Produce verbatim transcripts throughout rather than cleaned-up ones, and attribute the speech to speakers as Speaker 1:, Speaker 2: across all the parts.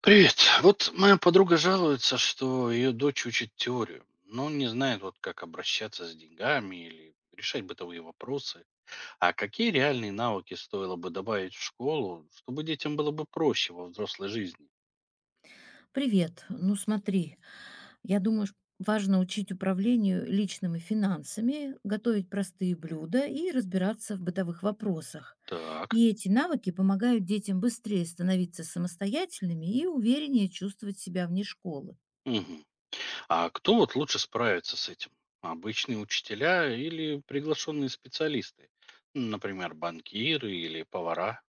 Speaker 1: Привет. Вот моя подруга жалуется, что ее дочь учит теорию, но не знает, вот как обращаться с деньгами или решать бытовые вопросы. А какие реальные навыки стоило бы добавить в школу, чтобы детям было бы проще во взрослой жизни?
Speaker 2: Привет. Ну смотри, я думаю, ш- важно учить управлению личными финансами, готовить простые блюда и разбираться в бытовых вопросах.
Speaker 1: Так.
Speaker 2: И эти навыки помогают детям быстрее становиться самостоятельными и увереннее чувствовать себя вне школы.
Speaker 1: Мгм. А кто вот лучше справится с этим? Обычные учителя или приглашенные специалисты? Например, банкиры или повара?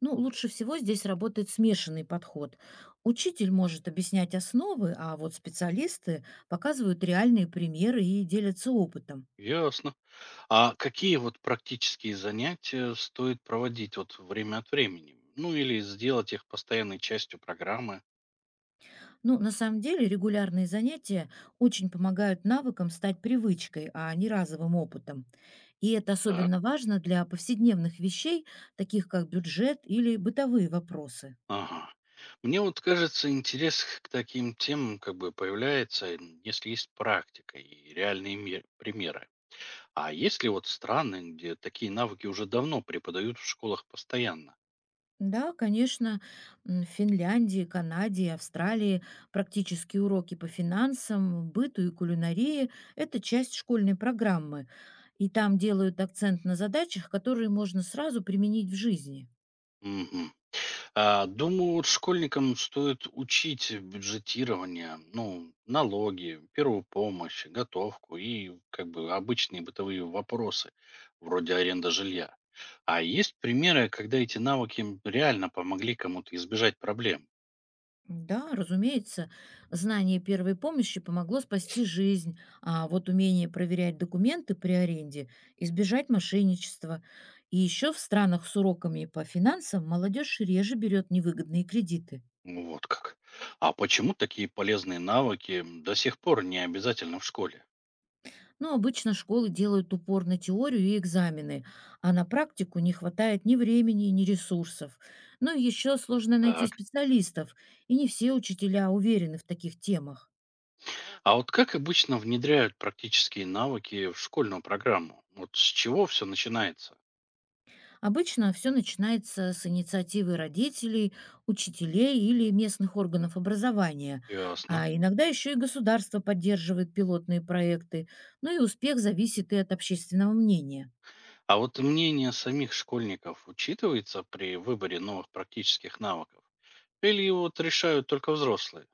Speaker 2: Ну, лучше всего здесь работает смешанный подход. Учитель может объяснять основы, а вот специалисты показывают реальные примеры и делятся опытом.
Speaker 1: Ясно. А какие вот практические занятия стоит проводить вот время от времени? Ну или сделать их постоянной частью программы?
Speaker 2: Ну, на самом деле, регулярные занятия очень помогают навыкам стать привычкой, а не разовым опытом. И это
Speaker 1: Так,
Speaker 2: особенно важно для повседневных вещей, таких как бюджет или бытовые вопросы.
Speaker 1: ага. Мне вот кажется, интерес к таким темам как бы появляется, м, если есть практика и реальные мер- примеры. А есть ли вот страны, где такие навыки уже давно преподают в школах постоянно?
Speaker 2: Да, конечно, м, в Финляндии, Канаде и Австралии практические уроки по финансам, быту и кулинарии — это часть школьной программы. И там делают акцент на задачах, которые можно сразу применить в жизни.
Speaker 1: Мгм. А, Думаю, вот школьникам стоит учить бюджетирование, ну, налоги, первую помощь, готовку и как бы обычные бытовые вопросы, вроде аренда жилья. А есть примеры, когда эти навыки м, реально помогли кому-то избежать проблем?
Speaker 2: Да, разумеется, знание первой помощи помогло спасти жизнь, а вот умение проверять документы при аренде — избежать мошенничества. И еще в странах с уроками по финансам молодежь реже берет невыгодные кредиты.
Speaker 1: Ну, вот как. А почему такие полезные навыки м, до сих пор не обязательно в школе?
Speaker 2: Но обычно школы делают упор на теорию и экзамены, а на практику не хватает ни времени, ни ресурсов. Ну и еще сложно найти
Speaker 1: Так.
Speaker 2: специалистов, и не все учителя уверены в таких темах.
Speaker 1: А вот как обычно внедряют практические навыки в школьную программу? Вот с чего все начинается?
Speaker 2: Обычно все начинается с инициативы родителей, учителей или местных органов образования,
Speaker 1: Ясно.
Speaker 2: а иногда еще и государство поддерживает пилотные проекты, но и успех зависит и от общественного мнения.
Speaker 1: А вот мнение самих школьников учитывается при выборе новых практических навыков? Или вот решают только взрослые?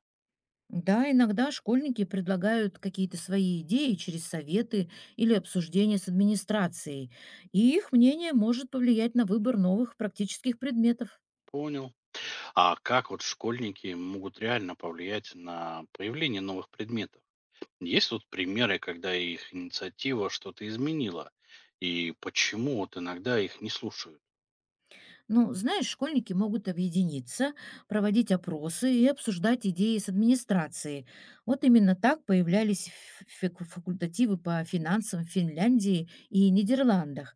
Speaker 2: Да, иногда школьники предлагают какие-то свои идеи через советы или обсуждения с администрацией, и их мнение может повлиять на выбор новых практических предметов.
Speaker 1: Понял. А как вот школьники могут реально повлиять на появление новых предметов? Есть вот примеры, когда их инициатива что-то изменила? И почему вот иногда их не слушают?
Speaker 2: Ну, знаешь, школьники могут объединиться, проводить опросы и обсуждать идеи с администрацией. Вот именно так появлялись фик- факультативы по финансам в Финляндии и Нидерландах.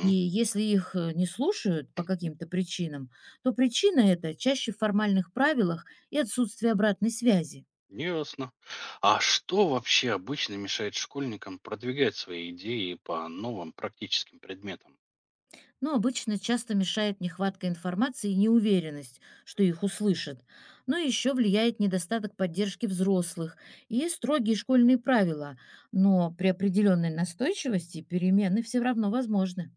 Speaker 2: И если их э, не слушают по каким-то причинам, то причина это чаще в формальных правилах и отсутствии обратной связи.
Speaker 1: ясно. А что вообще обычно мешает школьникам продвигать свои идеи по новым практическим предметам?
Speaker 2: Но обычно часто мешает нехватка информации и неуверенность, что их услышат. Но еще влияет недостаток поддержки взрослых и строгие школьные правила. Но при определенной настойчивости перемены все равно возможны.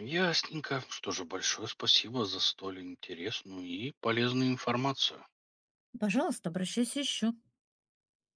Speaker 1: Ясненько. Что же, большое спасибо за столь интересную и полезную информацию.
Speaker 2: Пожалуйста, обращайся еще.